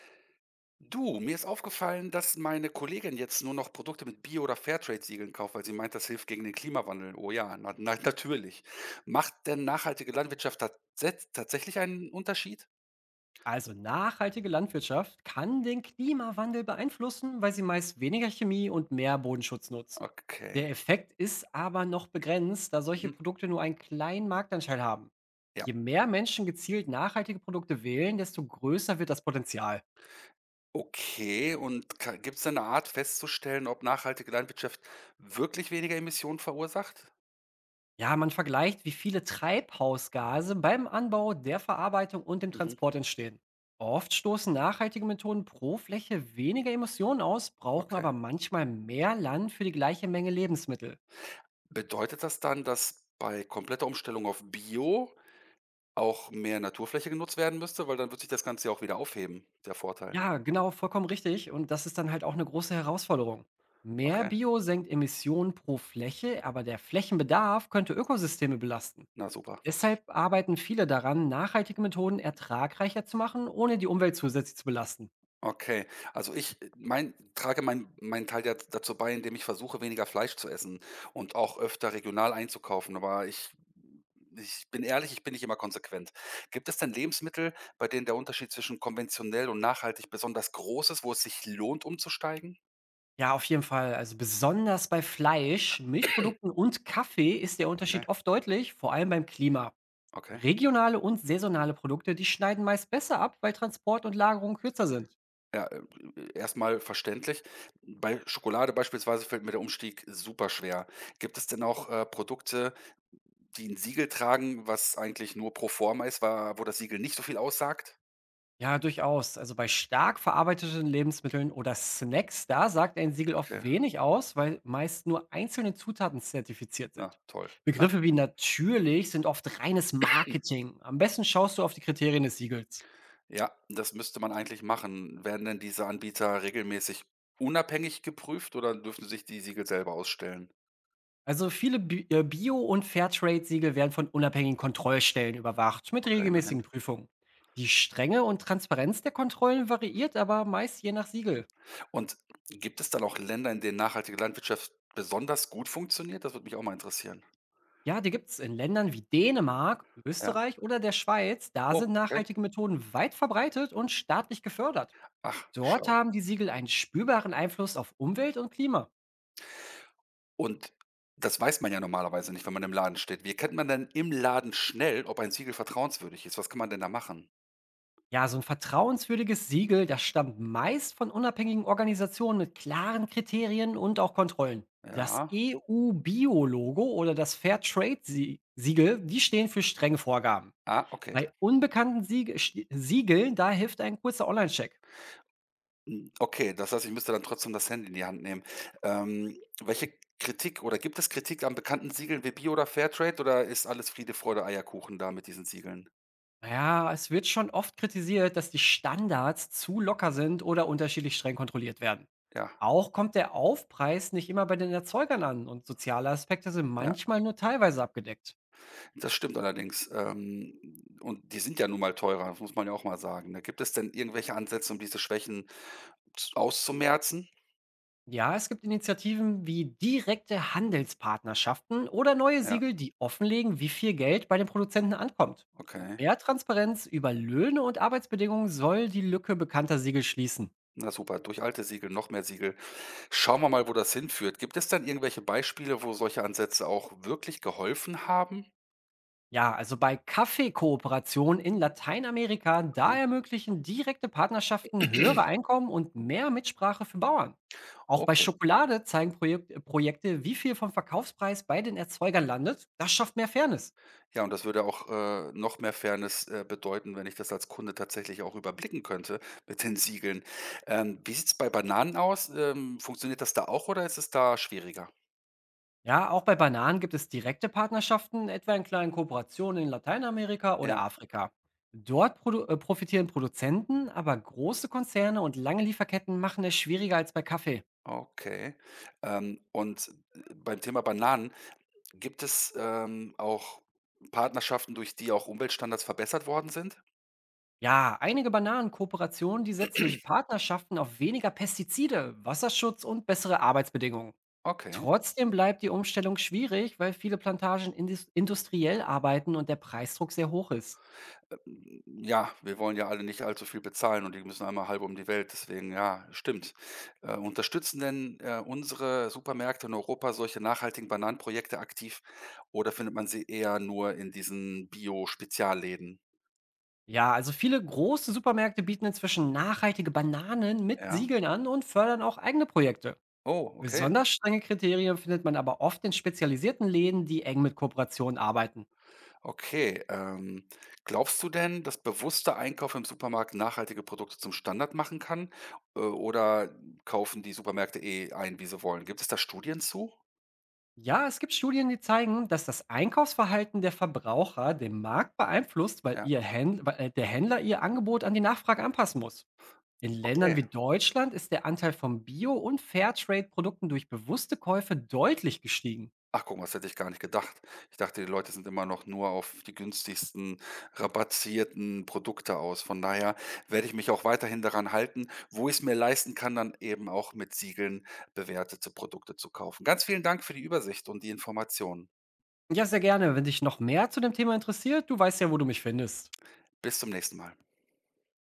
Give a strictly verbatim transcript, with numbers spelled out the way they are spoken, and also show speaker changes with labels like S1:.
S1: Du, mir ist aufgefallen, dass meine Kollegin jetzt nur noch Produkte mit Bio- oder Fairtrade-Siegeln kauft, weil sie meint, das hilft gegen den Klimawandel. Oh ja, na, na, natürlich. Macht denn nachhaltige Landwirtschaft tats tatsächlich einen Unterschied?
S2: Also nachhaltige Landwirtschaft kann den Klimawandel beeinflussen, weil sie meist weniger Chemie und mehr Bodenschutz nutzt.
S1: Okay.
S2: Der Effekt ist aber noch begrenzt, da solche
S1: Mhm.
S2: Produkte nur einen kleinen Marktanteil haben.
S1: Ja.
S2: Je mehr Menschen gezielt nachhaltige Produkte wählen, desto größer wird das Potenzial.
S1: Okay, und gibt es denn eine Art festzustellen, ob nachhaltige Landwirtschaft wirklich weniger Emissionen verursacht?
S2: Ja, man vergleicht, wie viele Treibhausgase beim Anbau, der Verarbeitung und dem
S1: Mhm.
S2: Transport entstehen. Oft stoßen nachhaltige Methoden pro Fläche weniger Emissionen aus, brauchen
S1: Okay.
S2: aber manchmal mehr Land für die gleiche Menge Lebensmittel.
S1: Bedeutet das dann, dass bei kompletter Umstellung auf Bio auch mehr Naturfläche genutzt werden müsste? Weil dann wird sich das Ganze ja auch wieder aufheben, der Vorteil.
S2: Ja, genau, vollkommen richtig. Und das ist dann halt auch eine große Herausforderung. Mehr
S1: Okay.
S2: Bio senkt Emissionen pro Fläche, aber der Flächenbedarf könnte Ökosysteme belasten.
S1: Na super.
S2: Deshalb arbeiten viele daran, nachhaltige Methoden ertragreicher zu machen, ohne die Umwelt zusätzlich zu belasten.
S1: Okay. Also ich, äh, mein trage mein meinen Teil da dazu bei, indem ich versuche, weniger Fleisch zu essen und auch öfter regional einzukaufen, aber ich ich bin ehrlich, ich bin nicht immer konsequent. Gibt es denn Lebensmittel, bei denen der Unterschied zwischen konventionell und nachhaltig besonders groß ist, wo es sich lohnt, umzusteigen?
S2: Ja, auf jeden Fall. Also besonders bei Fleisch, Milchprodukten und Kaffee ist der
S1: Okay,
S2: Unterschied oft deutlich, vor allem beim Klima.
S1: okay.
S2: Regionale und saisonale Produkte, die schneiden meist besser ab, weil Transport und Lagerung kürzer sind.
S1: Ja, äh, erst mal verständlich. Bei Schokolade beispielsweise fällt mir der Umstieg super schwer. Gibt es denn auch, äh, Produkte, die 'n Siegel tragen, was eigentlich nur pro forma ist, wa wo das Siegel nicht so viel aussagt?
S2: Ja, durchaus. Also bei stark verarbeiteten Lebensmitteln oder Snacks, da sagt ein Siegel
S1: Okay,
S2: oft wenig aus, weil meist nur einzelne Zutaten zertifiziert
S1: na
S2: sind.
S1: toll.
S2: Begriffe wie natürlich sind oft reines Marketing. Am besten schaust du auf die Kriterien des Siegels.
S1: Ja, das müsste man eigentlich machen. Werden denn diese Anbieter regelmäßig unabhängig geprüft oder dürfen sich die Siegel selber ausstellen?
S2: Also viele Bi- äh, Bio- und Fairtrade-Siegel werden von unabhängigen Kontrollstellen überwacht mit
S1: Okay, immerhin.
S2: regelmäßigen Prüfungen. Die Strenge und Transparenz der Kontrollen variiert aber meist je nach Siegel.
S1: Und gibt es dann auch Länder, in denen nachhaltige Landwirtschaft besonders gut funktioniert? Das würde mich auch mal interessieren.
S2: Ja, die gibt's in Ländern wie Dänemark,
S1: Ja.
S2: Österreich oder der Schweiz. Da sind
S1: Oh, okay.
S2: nachhaltige Methoden weit verbreitet und staatlich gefördert.
S1: Ach,
S2: Dort
S1: schau.
S2: haben die Siegel einen spürbaren Einfluss auf Umwelt und Klima.
S1: Und das weiß man ja normalerweise nicht, wenn man im Laden steht. Wie erkennt man denn im Laden schnell, ob ein Siegel vertrauenswürdig ist? Was kann man denn da machen?
S2: Ja, so ein vertrauenswürdiges Siegel, das stammt meist von unabhängigen Organisationen mit klaren Kriterien und auch Kontrollen. Das
S1: Ja.
S2: E U-Bio-Logo oder das Fairtrade-Siegel, die stehen für strenge Vorgaben.
S1: Ah, okay.
S2: Bei unbekannten Sieg Siegeln, da hilft ein kurzer Online-Check.
S1: Hm, okay, das heißt, ich müsste dann trotzdem das Handy in die Hand nehmen. Ähm, welche Kritik oder gibt es Kritik an bekannten Siegeln wie Bio oder Fairtrade, oder ist alles Friede, Freude, Eierkuchen da mit diesen Siegeln?
S2: Ja, es wird schon oft kritisiert, dass die Standards zu locker sind oder unterschiedlich streng kontrolliert werden.
S1: Ja,
S2: Auch kommt der Aufpreis nicht immer bei den Erzeugern an und soziale Aspekte sind
S1: ja,
S2: manchmal nur teilweise abgedeckt.
S1: das stimmt allerdings. Ähm, und die sind ja nun mal teurer, das muss man ja auch mal sagen, ne? Gibt es denn irgendwelche Ansätze, um diese Schwächen z auszumerzen?
S2: Ja, es gibt Initiativen wie direkte Handelspartnerschaften oder neue
S1: Ja,
S2: Siegel, die offenlegen, wie viel Geld bei den Produzenten ankommt.
S1: okay.
S2: Mehr Transparenz über Löhne und Arbeitsbedingungen soll die Lücke bekannter Siegel schließen.
S1: Na super, durch alte Siegel, noch mehr Siegel. Schauen wir mal, wo das hinführt. Gibt es denn irgendwelche Beispiele, wo solche Ansätze auch wirklich geholfen haben?
S2: Ja, also bei Kaffeekooperationen in Lateinamerika, da
S1: Okay.
S2: ermöglichen direkte Partnerschaften höhere Einkommen und mehr Mitsprache für Bauern. Auch bei
S1: Okay.
S2: Schokolade zeigen Projek äh, Projekte, wie viel vom Verkaufspreis bei den Erzeugern landet. Das schafft mehr Fairness.
S1: Ja, und das würde auch, äh, noch mehr Fairness, äh, bedeuten, wenn ich das als Kunde tatsächlich auch überblicken könnte mit den Siegeln. Ähm, wie sieht's bei Bananen aus? Ähm, funktioniert das da auch oder ist es da schwieriger?
S2: Ja, auch bei Bananen gibt es direkte Partnerschaften, etwa in kleinen Kooperationen in Lateinamerika oder
S1: Ja,
S2: Afrika. Dort produ äh, profitieren Produzenten, aber große Konzerne und lange Lieferketten machen es schwieriger als bei Kaffee.
S1: okay. Ähm, und, äh, beim Thema Bananen, gibt es, ähm, auch Partnerschaften, durch die auch Umweltstandards verbessert worden sind?
S2: Ja, einige Bananenkooperationen, die setzen durch Partnerschaften auf weniger Pestizide, Wasserschutz und bessere Arbeitsbedingungen.
S1: Okay.
S2: Trotzdem bleibt die Umstellung schwierig, weil viele Plantagen indus- industriell arbeiten und der Preisdruck sehr hoch ist.
S1: Ähm, ja, wir wollen ja alle nicht allzu viel bezahlen und die müssen einmal halb um die Welt. Deswegen, ja, stimmt. Äh, unterstützen denn, äh, unsere Supermärkte in Europa solche nachhaltigen Bananenprojekte aktiv oder findet man sie eher nur in diesen Bio-Spezialläden?
S2: Ja, also viele große Supermärkte bieten inzwischen nachhaltige Bananen mit
S1: Ja.
S2: Siegeln an und fördern auch eigene Projekte.
S1: Oh, okay.
S2: Besonders strenge Kriterien findet man aber oft in spezialisierten Läden, die eng mit Kooperationen arbeiten.
S1: Okay, ähm, glaubst du denn, dass bewusster Einkauf im Supermarkt nachhaltige Produkte zum Standard machen kann? Äh, oder kaufen die Supermärkte eh ein, wie sie wollen? Gibt es da Studien zu?
S2: Ja, es gibt Studien, die zeigen, dass das Einkaufsverhalten der Verbraucher den Markt beeinflusst, weil,
S1: Ja,
S2: ihr Händler, weil äh, der Händler ihr Angebot an die Nachfrage anpassen muss. In Ländern
S1: okay.
S2: wie Deutschland ist der Anteil von Bio- und Fairtrade-Produkten durch bewusste Käufe deutlich gestiegen.
S1: Ach, guck mal, das hätte ich gar nicht gedacht. Ich dachte, die Leute sind immer noch nur auf die günstigsten rabattierten Produkte aus. Von daher werde ich mich auch weiterhin daran halten, wo ich es mir leisten kann, dann eben auch mit Siegeln bewertete Produkte zu kaufen. Ganz vielen Dank für die Übersicht und die Informationen.
S2: Ja, sehr gerne. Wenn dich noch mehr zu dem Thema interessiert, du weißt ja, wo du mich findest.
S1: Bis zum nächsten Mal.